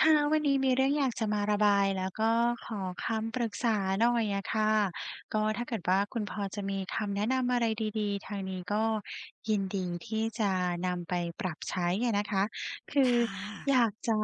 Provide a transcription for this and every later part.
ค่ะวันนี้มีเรื่องอยากจะมาระบายแล้วก็ขอคำปรึกษาหน่อยอะค่ะก็ถ้าเกิดว่าคุณพอจะมีคำแนะนำอะไรดีๆทางนี้ก็ยินดีที่จะนำไปปรับใช้อะนะคะคือค่ะอยากจะ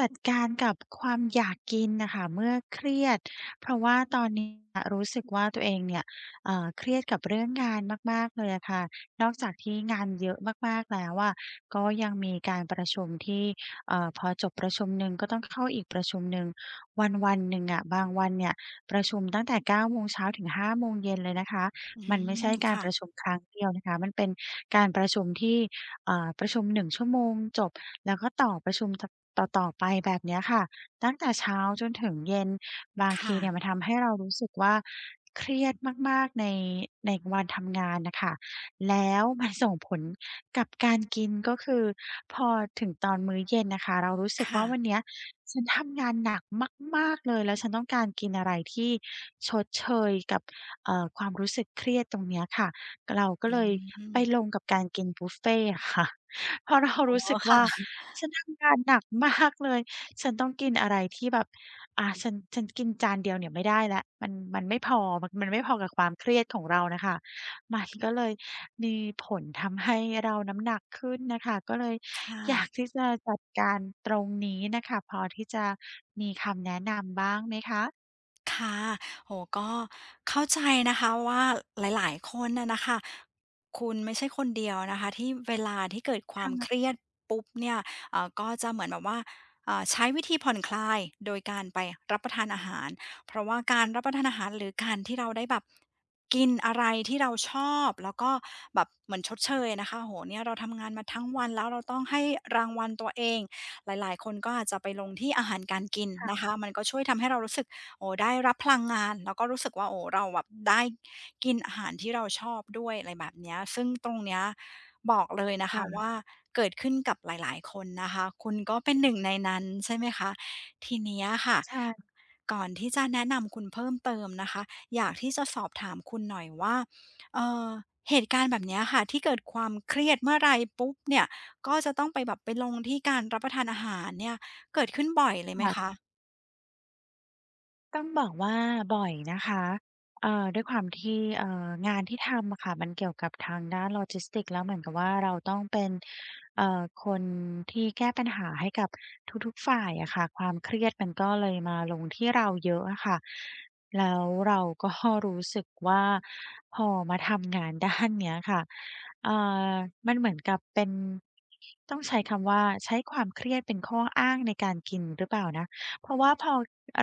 จัดการกับความอยากกินน่ะค่ะเมื่อเครียดเพราะว่าตอนนี้อะรู้สึกว่าตัวเองเนี่ยเครียดกับเรื่องงานมากๆเลยอะค่ะนอกจากที่งานเยอะมากๆแล้วอะก็ยังมีการประชุมที่ พอจบประชุมหนึ่งก็ต้องเข้าอีกประชุมหนึ่งวันๆหนึ่งอะบางวันเนี่ยประชุมตั้งแต่9โมงเช้าถึง5โมงเย็นเลยนะคะอืมันไม่ใช่มการค่ะประชุมครั้งเดียวนะคะมันเป็นการประชุมที่ประชุมหนึ่งชั่วโมงจบแล้วก็ต่อประชุมต่อๆไปแบบเนี้ยค่ะตั้งแต่เช้าจนถึงเย็นบางทีเนี่ยมัค่ะนทำให้เรารู้สึกว่าเครียดมากๆในวันทำงานน่ะค่ะ แล้ว มันส่งผลกับการกินก็คือพอถึงตอนมื้อเย็นน่ะค่ะเรารู้สึกค่ะว่าวันเนี้ยฉันทำงานหนักมากๆเลยแล้วฉันต้องการกินอะไรที่ชดเชยกับความรู้สึกเครียดตรงเนี้ยค่ะเราก็อืเลยมไปลงกับการกินบุฟเฟต์อะค่ะ เพราะเราอ๋อรู้สึกค่ะว่าฉันทำงานหนักมากเลยฉันต้องกินอะไรที่แบบฉันกินจานเดียวเนี่ยไม่ได้แล้วมันไม่พอมันไม่พอกับความเครียดของเราน่ะค่ะมันก็เลย มีผลทำให้เราน้ำหนักขึ้นน่ะค่ะก็เลยค่ะ อยากที่จะจัดการตรงนี้น่ะค่ะพอที่จะมีคำแนะนำบ้างไหมคะ ค่ะโอ้โฮก็เข้าใจนะคะว่าหลายๆคนน่ะนะคะคุณไม่ใช่คนเดียวนะคะที่เวลาที่เกิดความเครีคยดปุ๊บเนี่ยก็จะเหมือนแบบว่าใช้วิธีผ่อนคลายโดยการไปรับประทานอาหารเพราะว่าการรับประทานอาหารหรือการที่เราได้แบบกินอะไรที่เราชอบแล้วก็แบบเหมือนชดเชยอะนะคะโอ้โฮเนี่ยเราทำงานมาทั้งวันแล้วเราต้องให้รางวัลตัวเองหลายๆคนก็อาจจะไปลงที่อาหารการกินนะ่ะคะมันก็ช่วยทำให้เรารู้สึก โอ้ได้รับพลังงานแล้วก็รู้สึกว่าโอ้เราแบบได้กินอาหารที่เราชอบด้วยอะไรแบบเนี้ยซึ่งตรงเนี้ยบอกเลยๆนะคะค่ะ ว่าเกิดขึ้นกับหลายๆคนนะคะคุณก็เป็นหนึ่งในนั้นใช่ไหมคะทีเนี้ยค่ะใช่ ก่อนที่จะแนะนำคุณเพิ่มเติมนะคะอยากที่จะสอบถามคุณหน่อยว่าเอ่อเหตุการณ์แบบเนี้ยค่ะที่เกิดความเครียดเมื่อไรปุ๊บเนี่ยก็จะต้องไปแบบไปลงที่การรับประทานอาหารเนี่ยเกิดขึ้นบ่อยเลยไหมคะค่ะ ต้องบอกว่าบ่อยนะคะด้วยความที่งานที่ทำอะค่ะมันเกี่ยวกับทางด้าน Logistics แล้วเหมือนกับว่าเราต้องเป็นคนที่แก้ปัญหาให้กับทุกๆฝ่ายอะค่ะ ความเครียดมันก็เลยมาลงที่เราเยอะอะค่ะ แล้วเราก็ รู้สึกว่าพอมาทำงานด้านเนี้ยค่ะเอ่อมันเหมือนกับเป็นต้องใช้คำว่าใช้ความเครียดเป็นข้ออ้างในการกินหรือเปล่านะเพราะว่าพอ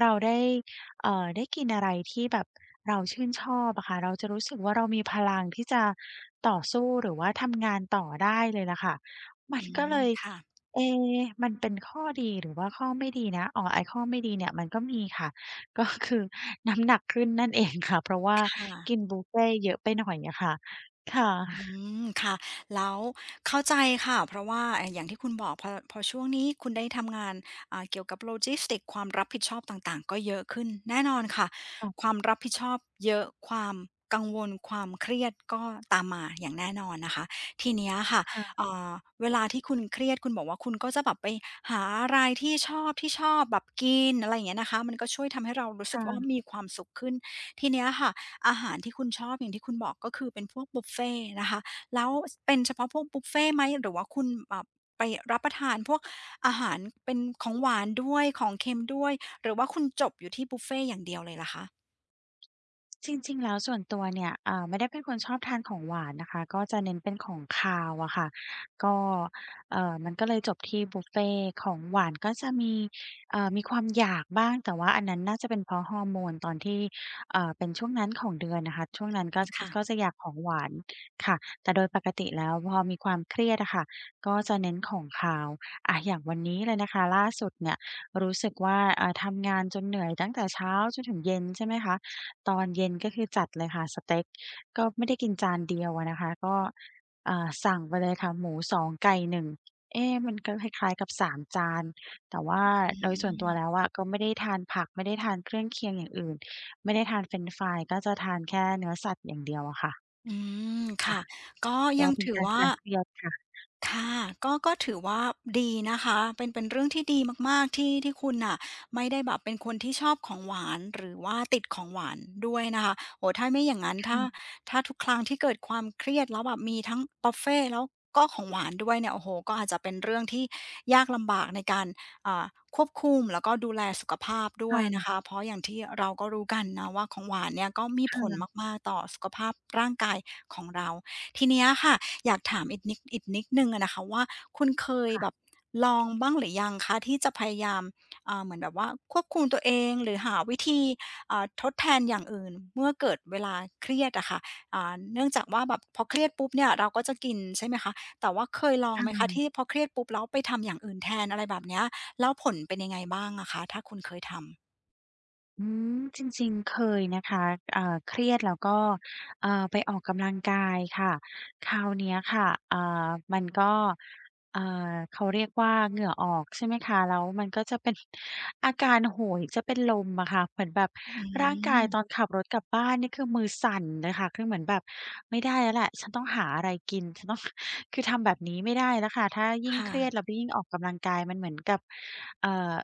เราได้ ได้กินอะไรที่แบบเราชื่นชอบอะค่ะเราจะรู้สึกว่าเรามีพลังที่จะต่อสู้หรือว่าทำงานต่อได้เลยล่ะค่ะมันอืก็เลมยค่ะเอ๊มันเป็นข้อดีหรือว่าข้อไม่ดีนะอ๋อไอ้ข้อไม่ดีเนี่ยมันก็มีค่ะ ก็คือน้ำหนักขึ้นนั่นเองค่ะเพราะว่าคกิ่ะ นบุฟเฟต์เยอะไปหน่อยอะค่ะค่ะอืมค่ะแล้วเข้าใจค่ะเพราะว่าอย่างที่คุณบอกพอช่วงนี้คุณได้ทำงานเกี่ยวกับโลจิสติกความรับผิดชอบต่างๆก็เยอะขึ้นแน่นอนค่ะความรับผิดชอบเยอะความกังวลความเครียดก็ตามมาอย่างแน่นอนนะคะทีเนี้ยค่ะค่ะเอ่อเวลาที่คุณเครียดคุณบอกว่าคุณก็จะแบบไปหาอะไรที่ชอบแบบกินอะไรอย่างเงี้ยนะคะมันก็ช่วยทำให้เรารู้สึกว่าค่ะ มีความสุขขึ้นทีเนี้ยค่ะ อาหารที่คุณชอบอย่างที่คุณบอกก็คือเป็นพวกบุฟเฟต์นะคะแล้วเป็นเฉพาะพวกบุฟเฟต์ไหมหรือว่าคุณแบบไปรับประทานพวกอาหารเป็นของหวานด้วยของเค็มด้วยหรือว่าคุณจบอยู่ที่บุฟเฟต์อย่างเดียวเลยล่ะคะจริงๆแล้วส่วนตัวเนี่ยไม่ได้เป็นคนชอบทานของหวานนะคะก็จะเน้นเป็นของคาวอะค่ะก็มันก็เลยจบที่บุฟเฟต์ของหวานก็จะมีมีความอยากบ้างแต่ว่าอันนั้นน่าจะเป็นเพราะฮอร์โมนตอนที่เป็นช่วงนั้นของเดือนนะคะช่วงนั้นก็ค่ะจะอยากของหวานค่ะแต่โดยปกติแล้วพอมีความเครียดอะค่ะก็จะเน้นของคาวอะอย่างวันนี้เลยนะคะล่าสุดเนี่ยรู้สึกว่าทำงานจนเหนื่อยตั้งแต่เช้าจนถึงเย็นใช่ไหมคะ ตอนเย็นก็คือจัดเลยค่ะสเต็กก็ไม่ได้กินจานเดียวอะนะคะก็สั่งไปเลยค่ะหมูสองไก่หนึ่งเอ๊ะมันก็คล้ายๆกับสามจานแต่ว่าอืโดยส่วนตัวแล้มวอะก็ไม่ได้ทานผักไม่ได้ทานเครื่องเคียงอย่างอื่นไม่ได้ทานเฟรนช์ฟรายก็จะทานแค่เนื้อสัตว์อย่างเดียวอะค่ะอืมค่ะค่ะก็ก็ยังเป็นถือการคว่า ลายเครียดค่ะค่ะก็ถือว่าดีนะคะเป็นเรื่องที่ดีมากๆที่คุณน่ะไม่ได้แบบเป็นคนที่ชอบของหวานหรือว่าติดของหวานด้วยนะคะโอ้โฮถ้าไม่อย่างงั้นถ้าค่ะถ้าทุกครั้งที่เกิดความเครียดแล้วแบบมีทั้งบุฟเฟต์แล้วก็ของหวานด้วยเนี่ยโอ้โฮก็อาจจะเป็นเรื่องที่ยากลำบากในการอ่าควบคุมแล้วก็ดูแลสุขภาพด้วยนะคคะเพราะอย่างที่เราก็รู้กันนะว่าของหวานเนี่ยก็มีผล่ะๆ มากๆต่อสุขภาพร่างกายของเราทีเนี้ยค่ะ อยากถามอีกนิดอีกนิดหนึ่งอะนะคะว่าคุณเคยแบบลองบ้างหรือยังคะที่จะพยายามเหมือนแบบว่าควบคุมตัวเองหรือหาวิธีทดแทนอย่างอื่นเมื่อเกิดเวลาเครียดอะค่ะเนื่องจากว่าแบบพอเครียดปุ๊บเนี่ยเราก็จะกินใช่ไหมคะแต่ว่าเคยลองไหมคะที่พอเครียดปุ๊บแล้วไปทำอย่างอื่นแทนอะไรแบบเนี้ยแล้วผลเป็นยังไงบ้างอะคะถ้าคุณเคยทำอืมจริงๆ เคยนะคะเครียดแล้วก็ไปออกกำลังกายค่ะคราวเนี้ยค่ะมันก็เอ่เขาเรียกว่าเหงื่อออกใช่ไหมคะแล้วมันก็จะเป็น อาการโหยจะเป็นลมอะค่ะเหมือนแบบอืร่างกายตอนมขับรถกลับบ้านนี่คือมือสั่นเลยค่ะคือเหมือนแบบไม่ได้แล้วแหละฉันต้องหาอะไรกินฉันต้อง คือทำแบบนี้ไม่ได้แล้วค่ะถ้ายิ่งเครียดค่ะแล้วไปยิ่งออกกำลังกายมันเหมือนกับเอ่อ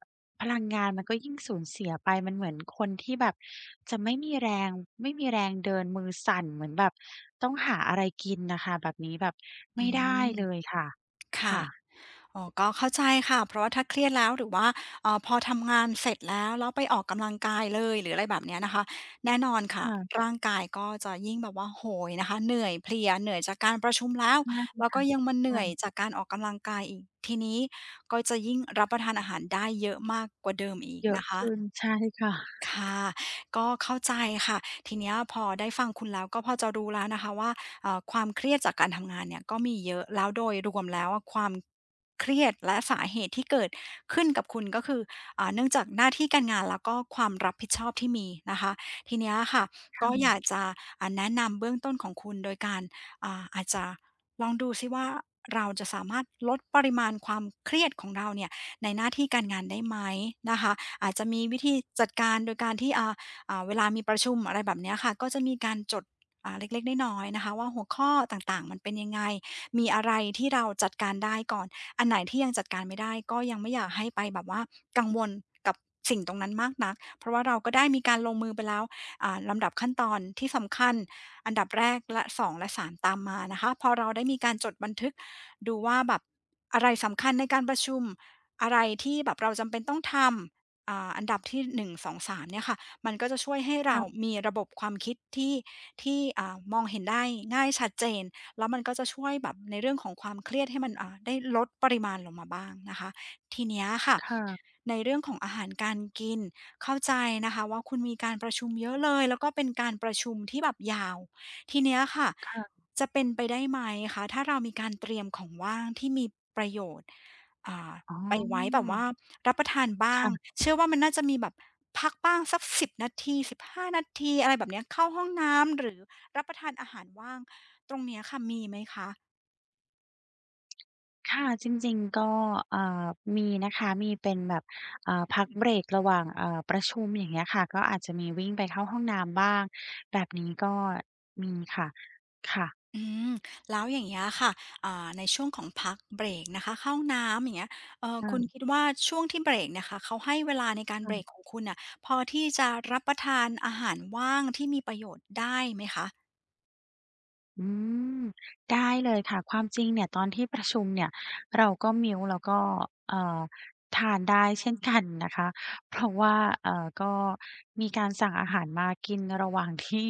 พลังงานมันก็ยิ่งสูญเสียไปมันเหมือนคนที่แบบจะไม่มีแรงเดินมือสั่นเหมือนแบบต้องหาอะไรกินน่ะค่ะแบบนี้แบบอืไม่ได้เลยม ค่ะค่ะค่ะอ๋อก็เข้าใจค่ะเพราะว่าถ้าเครียดแล้วหรือว่าพอทำงานเสร็จแล้วไปออกกำลังกายเลยหรืออะไรแบบเนี้ยนะคะแน่นอนค่ะค่ะร่างกายก็จะยิ่งแบบว่าโหยนะคะเหนื่อยเพลียเหนื่อยจากการประชุมแล้วใช่แล้วก็ยังมาเหนื่อยค่ะจากการออกกำลังกายอีกทีนี้ก็จะยิ่งรับประทานอาหารได้เยอะมากกว่าเดิมอีกเยอะนะคะ ขึ้นใช่ค่ะค่ะก็เข้าใจค่ะทีเนี้ยพอได้ฟังคุณแล้วก็พอจะรู้แล้วนะคะว่าความเครียดจากการทำงานเนี่ยก็มีเยอะแล้วโดยรวมแล้วอะความเครียดและสาเหตุที่เกิดขึ้นกับคุณก็คือเนื่องจากหน้าที่การงานแล้วก็ความรับผิดชอบที่มีนะคะทีเนี้ยค่ะก็อยากจะแนะนำเบื้องต้นของคุณโดยการอาจจะลองดูซิว่าเราจะสามารถลดปริมาณความเครียดของเราเนี่ย ในหน้าที่การงานได้ไหมนะคะอาจจะมีวิธีจัดการโดยการที่เวลามีประชุมอะไรแบบเนี้ยค่ะก็จะมีการจดเล็กๆน้อยๆนะคะว่าหัวข้อต่างๆมันเป็นยังไงมีอะไรที่เราจัดการได้ก่อนอันไหนที่ยังจัดการไม่ได้ก็ยังไม่อยากให้ไปแบบว่ากังวลกับสิ่งตรงนั้นมากนักเพราะว่าเราก็ได้มีการลงมือไปแล้วลำดับขั้นตอนที่สำคัญอันดับแรกและสองและสามตามมานะคะพอเราได้มีการจดบันทึกดูว่าแบบอะไรสำคัญในการประชุม อะไรที่แบบเราจำเป็นต้องทำอันดับที่1 2 3เนี่ยค่ะมันก็จะช่วยให้เราค่ะมีระบบความคิดที่มองเห็นได้ง่ายชัดเจนแล้วมันก็จะช่วยแบบในเรื่องของความเครียดให้มันได้ลดปริมาณลงมาบ้างนะคะทีเนี้ยค่ะค่ะในเรื่องของอาหารการกินเข้าใจนะคะว่าคุณมีการประชุมเยอะเลยแล้วก็เป็นการประชุมที่แบบยาวทีเนี้ยค่ะจะเป็นไปได้ไหมคะถ้าเรามีการเตรียมของว่างที่มีประโยชน์ อ๋อไปไว้แบบว่ารับประทานบ้างค่ะเชื่อว่ามันน่าจะมีแบบพักบ้างสัก1บนาทีสิบห้านาทีอะไรแบบเนี้ยเข้าห้องน้ำหรือรับประทานอาหารว่างตรงเนี้ยค่ะมีไหมคะค่ะจริงๆก็เอ่อมีนะคะมีเป็นแบบพักเบรกระหว่างประชุมอย่างเงี้ยค่ะก็อาจจะมีวิ่งไปเข้าห้องน้ำบ้างแบบนี้ก็มีค่ะค่ะอืมแล้วอย่างเงี้ยค่ะอ่าในช่วงของพักเบรกนะคะเข้าห้องน้ำอย่างเงี้ยค่ะคุณคิดว่าช่วงที่เบรกเนี่ยค่ะเขาให้เวลาในการเบรกขค่ะ องคุณน่ะพอที่จะรับประทานอาหารว่างที่มีประโยชน์ได้ไหมคะอืมได้เลยค่ะความจริงเนี่ยตอนที่ประชุมเนี่ยเราก็มิ้วแล้วก็เอ่อทานได้เช่นกันนะคะเพราะว่าก็มีการสั่งอาหารมากินระหว่างที่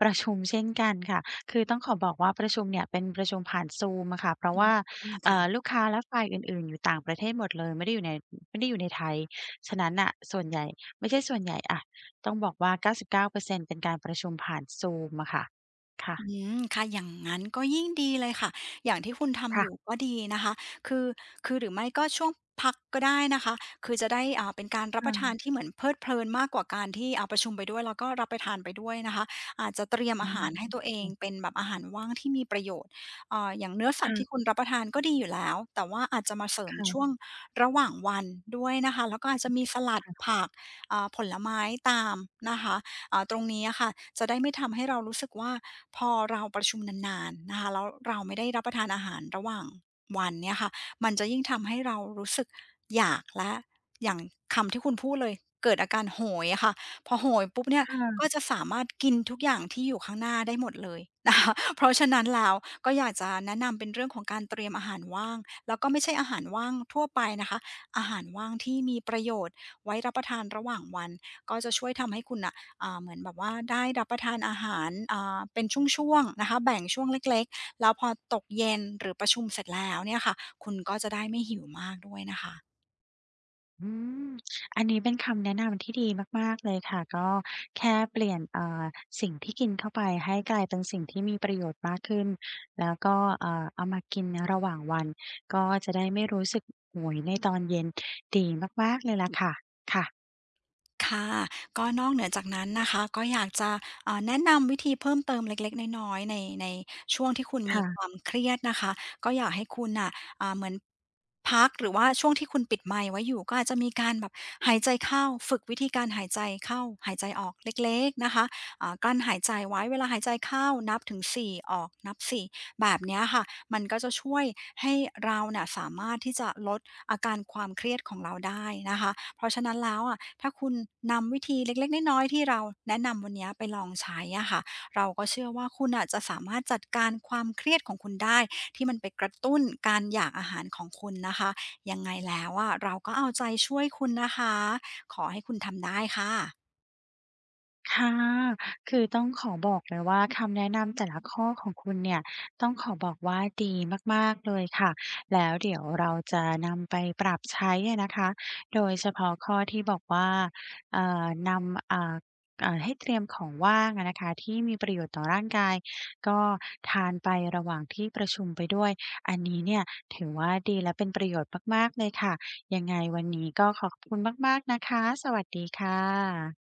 ประชุมเช่นกันค่ะคือต้องขอบอกว่าประชุมเนี่ยเป็นประชุมผ่าน Zoom อะค่ะเพราะอืมว่าอืมค่ะ ลูกค้าและฝ่ายอื่นๆอยู่ต่างประเทศหมดเลยไม่ได้อยู่ในไทยฉะนั้นน่ะส่วนใหญ่ไม่ใช่ส่วนใหญ่อะต้องบอกว่า99%เก้าเปอร์เซ็นต์เป็นการประชุมผ่าน Zoom อะค่ะอืค่ะมค่ะอย่างงั้นก็ยิ่งดีเลยค่ะอย่างที่คุณทำอยู่ค่ะ ก็ดีนะคะคือคือหรือไม่ก็ช่วงพักก็ได้นะคะคือจะได้เป็นการรับปค่ะระทานที่เหมือนเพลิดเพลินมากกว่าการที่ประชุมไปด้วยแล้วก็รับประทานไปด้วยนะคะอาจจะเตรียมออาหารให้ืมตัวเองเป็นแบบอาหารว่างที่มีประโยชน์อย่างเนื้อสัตว์ที่คุค่ะณรับประทานก็ดีอยู่แล้วแต่ว่าอาจจะมาเสริมช่วงค่ะระหว่างวันด้วยนะคะแล้วก็อาจจะมีสลัดผักผลไม้ตามนะคะ ตรงนี้อะค่ะจะได้ไม่ทำให้เรารู้สึกว่าพอเราประชุมนานๆนะคะแล้วเราไม่ได้รับประทานอาหารระหว่างวันเนี่ยค่ะมันจะยิ่งทำให้เรารู้สึกอยากและอย่างคำที่คุณพูดเลยเกิดอาการโหยอะค่ะพอโหยปุ๊บเนี่ยค่ะก็จะสามารถกินทุกอย่างที่อยู่ข้างหน้าได้หมดเลยนะคะ เพราะฉะนั้นแล้วก็อยากจะแนะนำเป็นเรื่องของการเตรียมอาหารว่างแล้วก็ไม่ใช่อาหารว่างทั่วไปนะคะอาหารว่างที่มีประโยชน์ไว้รับประทานระหว่างวันก็จะช่วยทำให้คุณนะ เหมือนแบบว่าได้รับประทานอาหารเป็นช่วงๆนะคะแบ่งช่วงเล็กๆแล้วพอตกเย็นหรือประชุมเสร็จแล้วเนี่ยค่ะคุณก็จะได้ไม่หิวมากด้วยนะคะ อืมอันนี้เป็นคำแนะนำที่ดีมากๆเลยค่ะ ก็แค่เปลี่ยนสิ่งที่กินเข้าไปให้กลายเป็นสิ่งที่มีประโยชน์มากขึ้น แล้วก็เอามากินระหว่างวัน ก็จะได้ไม่รู้สึกหงุยเนี่ยค่ะก็นอกเหนือจากนั้นนะคะก็อยากจะเอ่าแนะนำวิธีเพิ่มเติมเล็กๆน้อยๆในช่วงที่คุณมีความค่ะ เครียดนะคะก็อยากให้คุณน่ะเหมือนพักหรือว่าช่วงที่คุณปิดไมค์ไว้อยู่ก็อาจจะมีการแบบหายใจเข้าฝึกวิธีการหายใจเข้าหายใจออกเล็กๆนะคะกลั้นหายใจไว้เวลาหายใจเข้านับถึงสี่ออกนับสี่แบบเนี้ยค่ะมันก็จะช่วยให้เราเน่ยสามารถที่จะลดอาการความเครียดของเราได้นะคะ เพราะฉะนั้นแล้วอะถ้าคุณนำวิธีเล็กๆน้อยๆที่เราแนะนำวันนี้ไปลองใช้อะค่ะเราก็เชื่อว่าคุณอ่ะจะสามารถจัดการความเครียดของคุณได้ที่มันไปกระตุ้นการอยากอาหารของคุณนะคะ ยังไงแล้วอะเราก็เอาใจช่วยคุณนะคะ ขอให้คุณทำได้ค่ะค่ะคือต้องขอบอกเลยว่าคำแนะนำแต่ละข้อของคุณเนี่ยต้องขอบอกว่าดีมากๆเลยค่ะ แล้วเดี๋ยวเราจะนำไปปรับใช้อะนะคะโดยเฉพาะข้อที่บอกว่านำอ่าให้เตรียมของว่างอะนะคะที่มีประโยชน์ต่อร่างกายก็ทานไประหว่างที่ประชุมไปด้วยอันนี้เนี่ยถือว่าดีและเป็นประโยชน์มากๆเลยค่ะยังไงวันนี้ก็ขอขอบคุณมากๆนะคะสวัสดีค่ะ